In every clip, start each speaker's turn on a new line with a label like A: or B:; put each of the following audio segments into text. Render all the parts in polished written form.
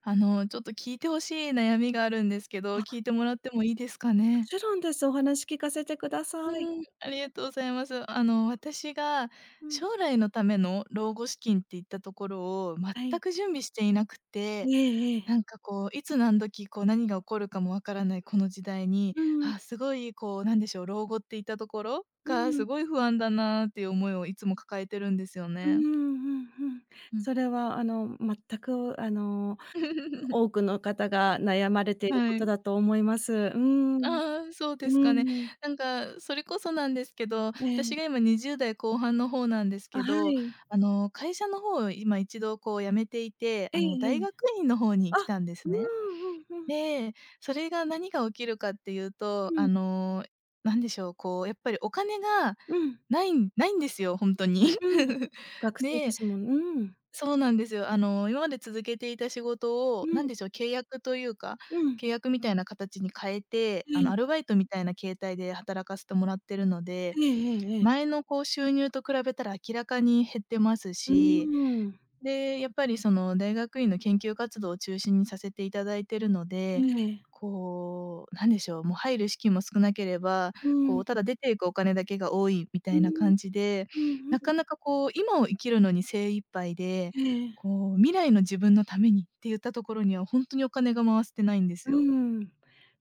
A: あの、ちょっと聞いてほしい悩みがあるんですけど、
B: あ、も
A: 聞いてもらってもいいですかね？
B: ちろんです。お話聞かせてくださ
A: う
B: い。
A: ーん。ありがとうございます。あの、私が
B: うん、
A: 将来のための老後資金っていったところを
B: は
A: 全
B: い。
A: く準備していなく
B: え
A: て、
B: えええ。
A: なんかこう、いつ何時、こう、何が起こるかもわからないこの時代に、
B: うん、
A: あ、すごいこう、なんでしょう、老後っていったところ
B: う
A: が
B: ん、
A: すごい不安だなっていう思いをいつも抱えてるんですよ
B: う
A: ね。
B: んうんうん。
A: うん。
B: それは全く多 くの方が悩まれているこ
A: は
B: と
A: い。
B: だと思います。うーん、う
A: ああ、そうですかね。
B: ーん。
A: なんか、それこそなんですけど、
B: え
A: 私が
B: え。
A: 今20代後半の方なんです
B: あ、
A: け
B: は
A: ど、
B: い。
A: あの、会社の方を今一度こう辞めていて、
B: え
A: あの、
B: ええ
A: 大
B: え。
A: 学院の方に
B: あ、
A: 来たんです
B: う
A: ね。
B: んうんうん
A: で、それが何が起きるかっていうと、
B: うん、
A: あの、なんでしょう、こうやっぱりお金が
B: うん、
A: ないんですよ、ほんとに。
B: うん。学生で
A: で、
B: すもんね。うん、
A: そうなんですよ。あの、今まで続けていた仕事
B: う
A: を、なん
B: ん、
A: でしょう、契約というか、
B: うん。
A: 契約みたいな形に変えて、
B: え
A: あ
B: え、
A: の、アルバイトみたいな形態で働かせてもらってるので、
B: ええええええ。
A: 前のこう収入と比べたら明らかに減ってます
B: う
A: し、
B: ーん。
A: で、やっぱりその大学院の研究活動を中心にさせていただいてるの
B: え
A: で、
B: え。
A: こう、なんでしょう、もう入る資金も少なければ、
B: う
A: こ
B: ん、
A: う、ただ出ていくお金だけが多いみた
B: う
A: いな
B: ん、
A: 感じで、
B: うんうん。
A: なかなかこう、今を生きるのに精一杯で、
B: ええ、
A: こう、未来の自分のためにって言ったところには、ほんとにお金が回せてないんです
B: う
A: よ。
B: ん。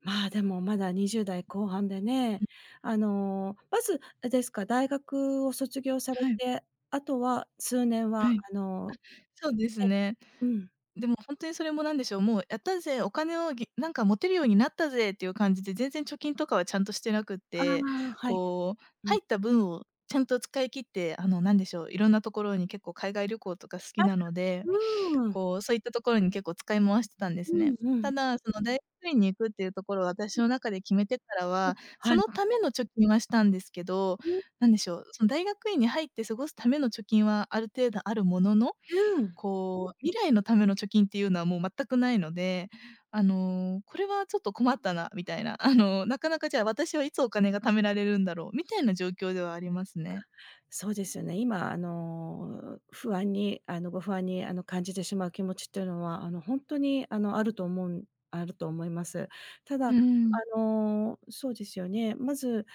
B: まあ、でもまだ20代後半でね、まず、あれですか、大学を卒業され
A: はい、
B: て、あとは数年は、
A: はい。
B: あの
A: そうですね。
B: うん。
A: でも本当にそれも何でしょう、もうやったぜ、お金をぎなんか持てるようになったぜっていう感じで、全然貯金とかはちゃんとしてなくっ
B: あ
A: て、
B: あ、はい。
A: こう、
B: うん。
A: 入った分をちゃんと使い切って、あの、なんでしょう、いろんなところに結構海外旅行とか好
B: あ、
A: きなので、
B: うーん。
A: こう、そういったところに結構使い回してたんです
B: う
A: ね。
B: んうん。
A: ただ、その大学院に行くっていうところを私
B: うん、
A: の中で決めてから
B: うん。
A: は、そ
B: はい。
A: のための貯金はしたんですけど、
B: うん、
A: なんでしょう、その大学院に入って過ごすための貯金はある程度あるものの、
B: うん。
A: こう、未来のための貯金っていうのはもう全くないので、あの、これはちょっと困ったなみたいな、あの、なかなかじゃあ私はいつお金が貯められるんだろうみたいな状況ではありますね。
B: そうですよね。今、不安に、ご不安に、感じてしまう気持ちっていうのは、本当に、あると思うんあると思います。ただ、
A: うーん。
B: そうですよね。まず、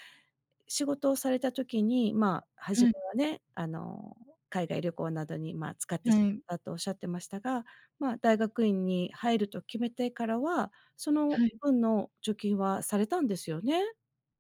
B: 仕事をされた時に、まあ、初
A: は
B: め
A: い、
B: はね、海外旅行などに、まあ、使って
A: は
B: し
A: い、
B: まったとおっしゃってましたが、まあ、大学院に入ると決めてからは、その
A: はい。
B: 分の貯金はされたんですよね？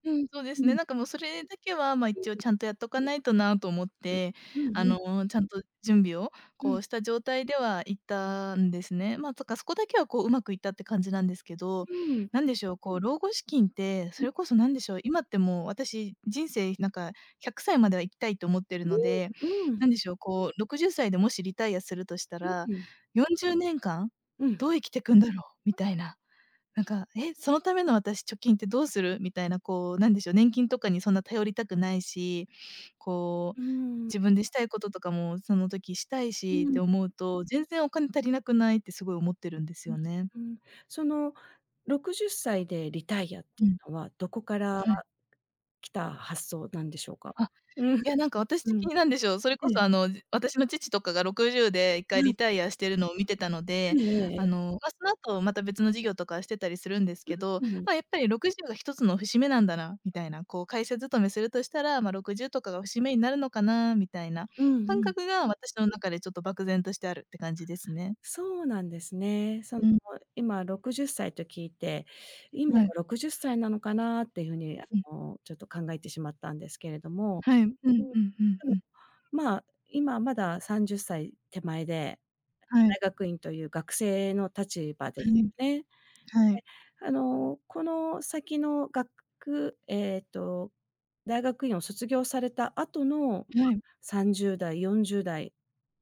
A: うん、そうで
B: う
A: すね。
B: ん。
A: なんかもうそれだけは、ま、一応
B: う
A: ちゃんとやっとかないとなと思っ
B: ん。
A: て、
B: う
A: あ
B: ん。
A: の、ちゃんと準備を
B: うんう
A: こ
B: ん。
A: うした状態では行ったんですね。まあ、とかそこだけはこううまくいったって感じなんですけど、なんでしょう、こう老後資金って、
B: う
A: そ
B: ん。
A: れこそなんでしょう、今ってもう私人生なんか100歳までは生きたいと思ってるので、
B: うん、うん、
A: なんでしょう、こう60歳でもしリタイアするとした
B: う
A: ら、
B: ん、
A: 40年間
B: うん、
A: どう生きてくんだろうみたいな。なんか、「え、そのための私貯金ってどうする？」みたいな、こう、なんでしょう、年金とかにそんな頼りたくないし、こ
B: う
A: う、
B: ん、
A: 自分でしたいこととかもその時したい
B: う
A: しっ
B: ん、
A: て思うと、全然お金足りなくないってすごい思ってるんです
B: うん、
A: よね。
B: その60歳でリタイアって
A: う
B: い
A: ん。
B: うのは、どこから
A: はい。
B: 来た発想なんでしょうか？
A: あ、
B: うん、
A: いや、なんか私
B: う
A: 的
B: ん。
A: になんでしょう、それこ
B: ええ、
A: そあの、私の父とかが60で一
B: は
A: 回
B: い、
A: リタイアしてるのを見てたの
B: え
A: で、
B: ええ
A: あ
B: え。
A: の、ま、その後また別の事業とかしてたりするんですけど、
B: うん、
A: ま、やっぱり60が一つの節目なんだなみたいな、こう会社勤めするとしたら、ま、60とかが節目になるのかなみたいな
B: うんう
A: 感
B: ん。
A: 覚が私の中でちょっと漠然としてあるって感じですね。
B: そうなんですね。その、
A: うん、
B: 今60歳と聞いて、今は
A: はい、
B: 60歳なのかなっていう風に、
A: うん、
B: ちょっと考えてしまったんですけれども、
A: はい、うんう
B: う
A: ん
B: ん、で
A: うんう
B: も、
A: ん。
B: まあ、今まだ30歳手前で
A: はい、
B: 大学院という学生の立場で
A: は
B: す
A: い、
B: ね。
A: はい、
B: この先のがくえっと、大学院を卒業された後の、ま、
A: はい。
B: 30代、40代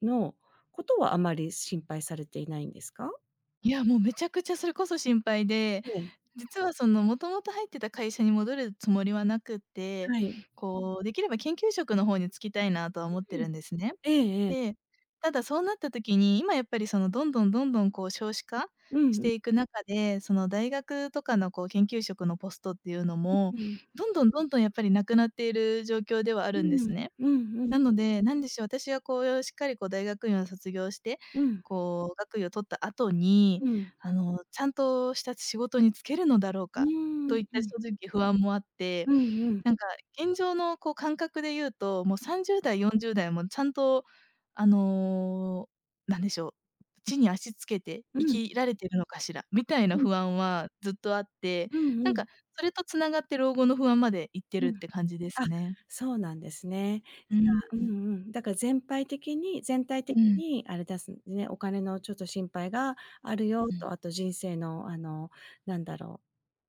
B: のことはあまり心配されていないんですか？
A: いや、もうめちゃくちゃそれこそ心配で、
B: ええ、
A: 実はその、もともと入ってた会社に戻るつもりはなくて、
B: はい。
A: こう、できれば研究職の方に就きたいなとは思って
B: うん。
A: るんですね。
B: ええええ。
A: で、ただそうなった時に、今やっぱりその、どんどんどんどんこう少子化
B: うん
A: し
B: うん。
A: ていく中で、その大学とかのこう研究職のポストっていうのも、
B: うん。
A: どんどんどんどんやっぱりなくなっている状況ではあ
B: う
A: るんです
B: ん。
A: ね。
B: うんうん。
A: なので、なんでしょう、私がこうしっかりこう大学院を卒業して、
B: うん。
A: こう学位を取った後に、
B: うん。
A: あの、ちゃんとした仕事に就けるのだろう
B: う
A: か
B: ーん。
A: といっ
B: う
A: た
B: ん。
A: 正直不安もあって、
B: うんうん。
A: なんか現状のこう感覚で言うと、もう30代、40代もちゃんとあの、なんでしょう、地に足つけて
B: うん
A: 生
B: うん。
A: きられてるのかしらみたいな不安はずっとあって、
B: うん
A: なん
B: うん。
A: かそれとつながって老後の不安までいって
B: う
A: るっ
B: ん。
A: て感じです
B: あ、
A: ね。
B: そうなんですね。
A: うん、
B: うんうん。だから全体的に全体的
A: うん、
B: にあれですね、お金のちょっと心配があるよ
A: う
B: と、
A: ん。
B: あと人生のなんだろ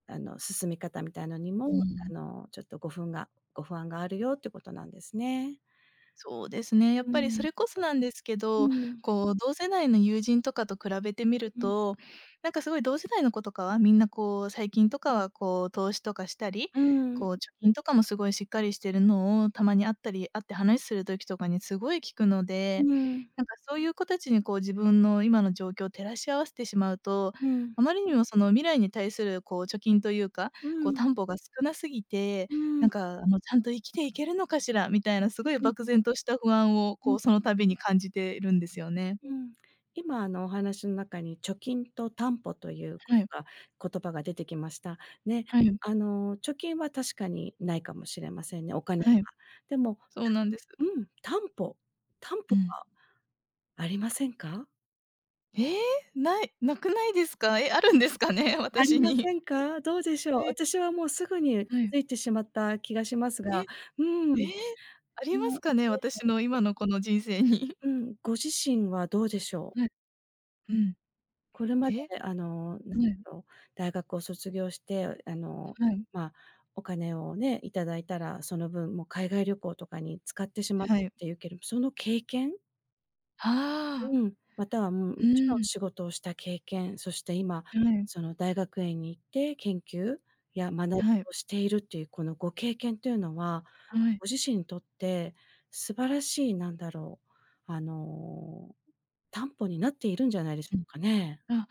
B: 進み方みたいのに
A: う
B: も、
A: ん、
B: ちょっとご不安があるよってことなんですね。
A: そうですね。やっ
B: う
A: ぱりそ
B: ん、
A: れこそなんですけ
B: う
A: ど、
B: ん、
A: こう同世代の友人とかと比べてみる
B: うん、
A: と、なんかすごい同世代の子とかはみんなこう最近とかはこう投資とかしたり、
B: うん、うん、
A: こう貯金とかもすごいしっかりしてるのをたまに会ったり会って話する時とかにすごい聞くので、
B: うん、
A: なんかそういう子たちにこう自分の今の状況を照らし合わせてしまうと、
B: うん、
A: あまりにもその未来に対するこう貯金というか、
B: うん、う
A: こう
B: ん、
A: 担保が少なすぎて
B: う
A: な
B: ん。
A: んかあの「ちゃんと生きていけるのかしら」みたいなす
B: う
A: ごい
B: ん
A: 漠然とした不安をこうその度に感じているんですよね。
B: うん、今あのお話の中に貯金と担保という
A: はい、
B: か言葉が出てきました。ね、
A: はい、
B: あの貯金は確かにないかもしれませんね、お金は。
A: はい、
B: でも、
A: そうなんです。
B: うん、担保担
A: う
B: 保
A: ん。
B: はありませんか？
A: えー、ない、なくないですか？え、あるんですかね？
B: あり
A: 私
B: ま
A: に。
B: せんか？どうでし ょう？
A: え、
B: 私はもうすぐに
A: は
B: 気
A: い。
B: づいてしまった気がします
A: え、
B: が、う
A: え
B: ん、
A: え、あ
B: あ
A: ります
B: の、
A: かね？
B: え、
A: 私の今のこの人生に。
B: うん、ご自身はどうでし ょう？
A: はい、うん。
B: これまで、
A: え、はい、
B: 大学を卒業して、
A: はい、
B: まあ、お金をね、いただいたら、その分もう海外旅行とかに使ってしまっ
A: は
B: た
A: い。
B: っていうけれど、その経験
A: ああ、
B: うん、または、もうも
A: う
B: ちろん
A: ん、
B: 仕事をした経験、そして今、
A: はい、
B: その大学院に行って研究や学び
A: はい、
B: をしているっていう、このご経験というのは、
A: はい。
B: ご自身にとって素晴らしい、う、あの、担保になっているんじゃないでしょうかね。
A: うん。あ。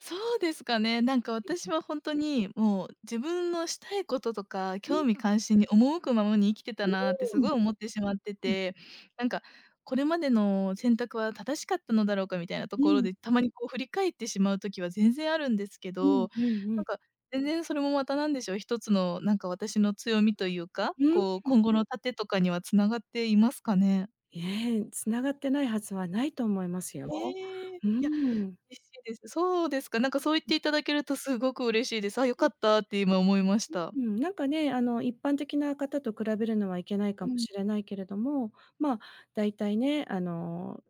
A: そうですかね。なんか私は本当に、もう自分のしたいこととか、
B: う
A: 興
B: ん、
A: 味関心に赴くままに生きてたなってすごい思ってしまって
B: うん、うん。
A: て、なんかこれまでの選択は正しかったのだろうかみたいなところで、たまにこう振り返ってしまう時は全然あるんですけ
B: うん
A: ど、
B: うんう
A: な
B: ん。
A: んか全然それもまた何でしょう、一つのなんか私の強みというか、
B: うん。
A: こう今後の盾とかにはつながっていますかね？
B: ええ、繋がってないはずはないと思いますよ。
A: ええ、い
B: う
A: や、
B: ー
A: 嬉しいです。そうですか、なんかそう言っていただけるとすごく嬉しいです。あ、良かったって今思いました。
B: うん、なんかね、一般的な方と比べるのはいけないか
A: う
B: も
A: ん、
B: しれないけれども、まあ、だいたいね、あの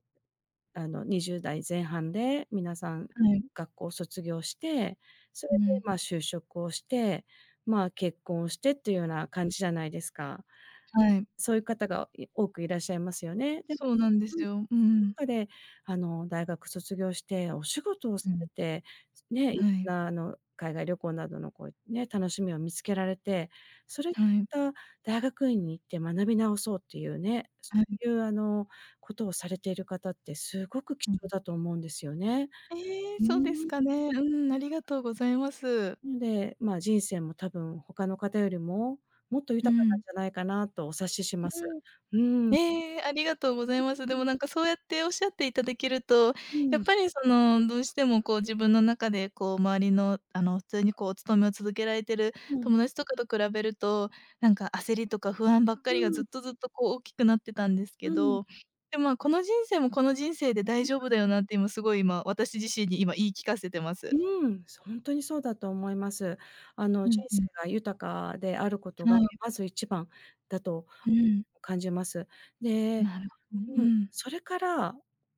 B: あの、20代前半で皆さん
A: はい。
B: 学校を卒業して、それ
A: う
B: で、
A: ん、
B: まあ、就職をして、まあ、結婚をしてっていうような感じじゃないですか。
A: はい。
B: そういう方が、多くいらっしゃいますよね。で、
A: そうなんで
B: うん、
A: すよ。うん。
B: 中で、大学卒業してお仕事を
A: う
B: され
A: ん。
B: てね、い
A: はい、
B: ろんな海外旅行などのこうね、楽しみを見つけられて、それで
A: はい、
B: また大学院に行って学び直そうっていうね、そ
A: はい。
B: ういうことをされている方ってすごく貴
A: うん。
B: 重だと思うんですよね。
A: ええ、
B: うー
A: そうです
B: ん。
A: かね。うん、ありがとうございます。
B: なので、まあ、人生も多分他の方よりも、もっと
A: う
B: 豊かなん
A: ん。
B: じゃないかなとお察しします。
A: うん。
B: う
A: ええ、ありがとうございます。でもなんかそうやっておっしゃっていただけると、
B: うんうん
A: や
B: う
A: っぱ
B: ん。
A: りその、どうしてもこう自分の中でこう周りのあの普通にこうお勤めを続けられてる友達とかと比べると、なんか焦りとか不安ばっかりがずっ
B: う
A: とずっとこう大きくなってたんです
B: ん、
A: け
B: うん。
A: ど、でも、まあ、この人生もこの人生で大丈夫だよなって今すごい今、私自身に今言い聞かせてます。
B: うん、ほんとにそうだと思います。
A: う
B: 人
A: んう
B: 生
A: ん。
B: が豊かであること
A: は
B: が、
A: い、
B: まず一番だと
A: うん。
B: 感じます。で、
A: なるほど。
B: う
A: う
B: ん、
A: ん。
B: それから、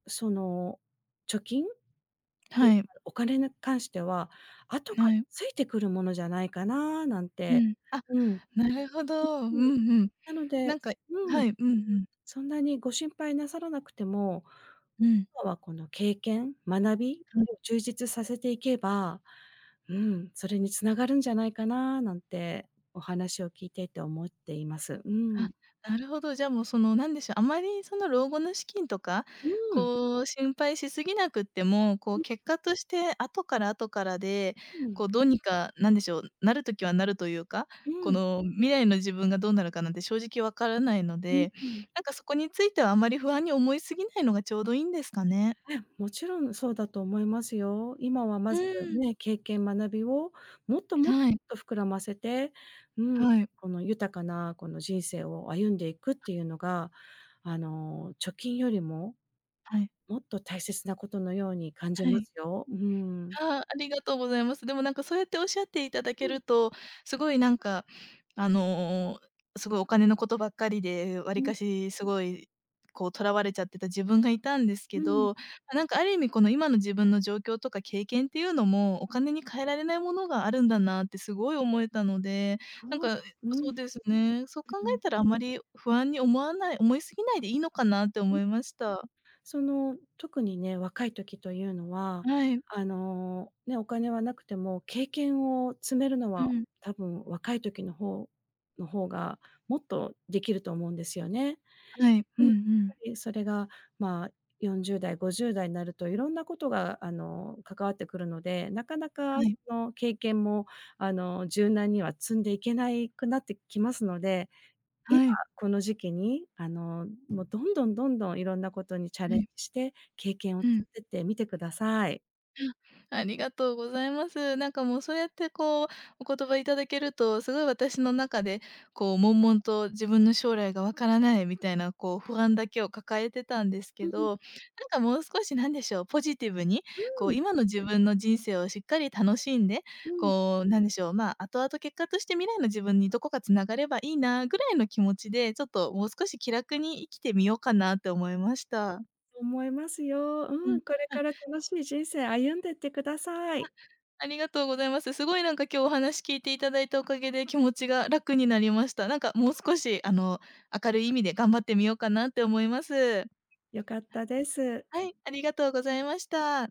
B: その、貯金っていう
A: は
B: か、
A: い、
B: お金に関しては、後から
A: はい。
B: ついてくるものじゃないかななん
A: う
B: て。
A: ん。あ、
B: うん、
A: なるほど。うん
B: うん、
A: うん。
B: なの
A: な
B: で、
A: んか、
B: う
A: は
B: ん、
A: い、うんうん。
B: そんなにご心配なさらなくても
A: うん。
B: 今はこの経験、学び
A: は
B: を
A: い。
B: 充実させていけば、うん、それに繋がるんじゃないかななんてお話を聞いていて思っています。うん。
A: あ、なるほど。じゃあ、もう、その、なんでしょう、あまり、その、老後の資金とか、
B: うん。
A: こう、心配しすぎなくっても、こう、
B: う
A: 結果として後から後からで、
B: ん。
A: こう、どうにか、なんでしょう、なる時はなるというか、
B: う
A: こ
B: ん。
A: の、未来の自分がどうなるかなんて正直わからないの
B: うん
A: で、
B: うん。
A: なんか、そこについてはあまり不安に思いすぎないのがちょうどいいんですかね。
B: え、もちろんそうだと思いますよ。今はま
A: う
B: ず
A: ん。
B: ね、経験、学びをもっともっと
A: はい。
B: もっと膨らませて、うん、
A: はい。
B: この豊かなこの人生を歩んでいくっていうのが、貯金よりも
A: はい。
B: もっと大切なことのように感じ
A: は
B: ま
A: い。
B: すよ。うん。
A: ああ、ありがとうございます。でもなんかそうやっておっしゃっていただけると、すごいなんか、あの、すごいお金のことばっかりで、わりかしすごい、こう、とらわれちゃってた自分がいたんですけ
B: うん、
A: ど、ま、なんかある意味この今の自分の状況とか経験っていうのも、お金に換えられないものがあるんだなってすごい思えたので、なん
B: そうで
A: か、
B: す。う
A: そ
B: ん。
A: うですね、そう考
B: うん。
A: えたらあまり不安に思いすぎないでいいのかなって
B: うん、
A: 思いました。
B: その、特にね、若い時というのは、
A: はい。
B: ね、お金はなくても経験を積めるの
A: う
B: は、
A: ん。
B: 多分若い時の方がもっとできると思うんですよね。
A: はい。う
B: う
A: ん
B: ん、
A: う
B: やは
A: ん。
B: りそれが、まあ、40代、50代になるといろんなことが、関わってくるので、なかなか
A: は
B: そ
A: い。
B: の経験も、柔軟には積んでいけないくなってきますので、今
A: はい。
B: この時期に、もうどんどんどんどんいろんなことにチャ
A: は
B: レンジ
A: い。
B: して、経験を
A: う
B: 積
A: ん、
B: んでってみてください。
A: ありがとうございます。なんかもうそうやってこう、お言葉いただけると、すごい私の中で、こう悶々と自分の将来がわからないみたいなこう不安だけを抱えてたんです
B: う
A: け
B: ん、
A: ど、なんかもう少しなんでしょう、ポジティブに、こう今の自分の人生をしっかり楽しんで、
B: うん、
A: こうなんでしょう、まあ後々結果として未来の自分にどこかつながればいいなぐらいの気持ちで、ちょっともう少し気楽に生きてみようかなって思いました。
B: そう思いますよ。
A: う
B: う
A: ん。
B: ん、これから楽しい人生歩んでってください。
A: ありがとうございます。すごいなんか今日お話聞いていただいたおかげで気持ちが楽になりました。なんかもう少しあの、明るい意味で頑張ってみようかなって思います。
B: 良かったです。
A: はい、ありがとうございました。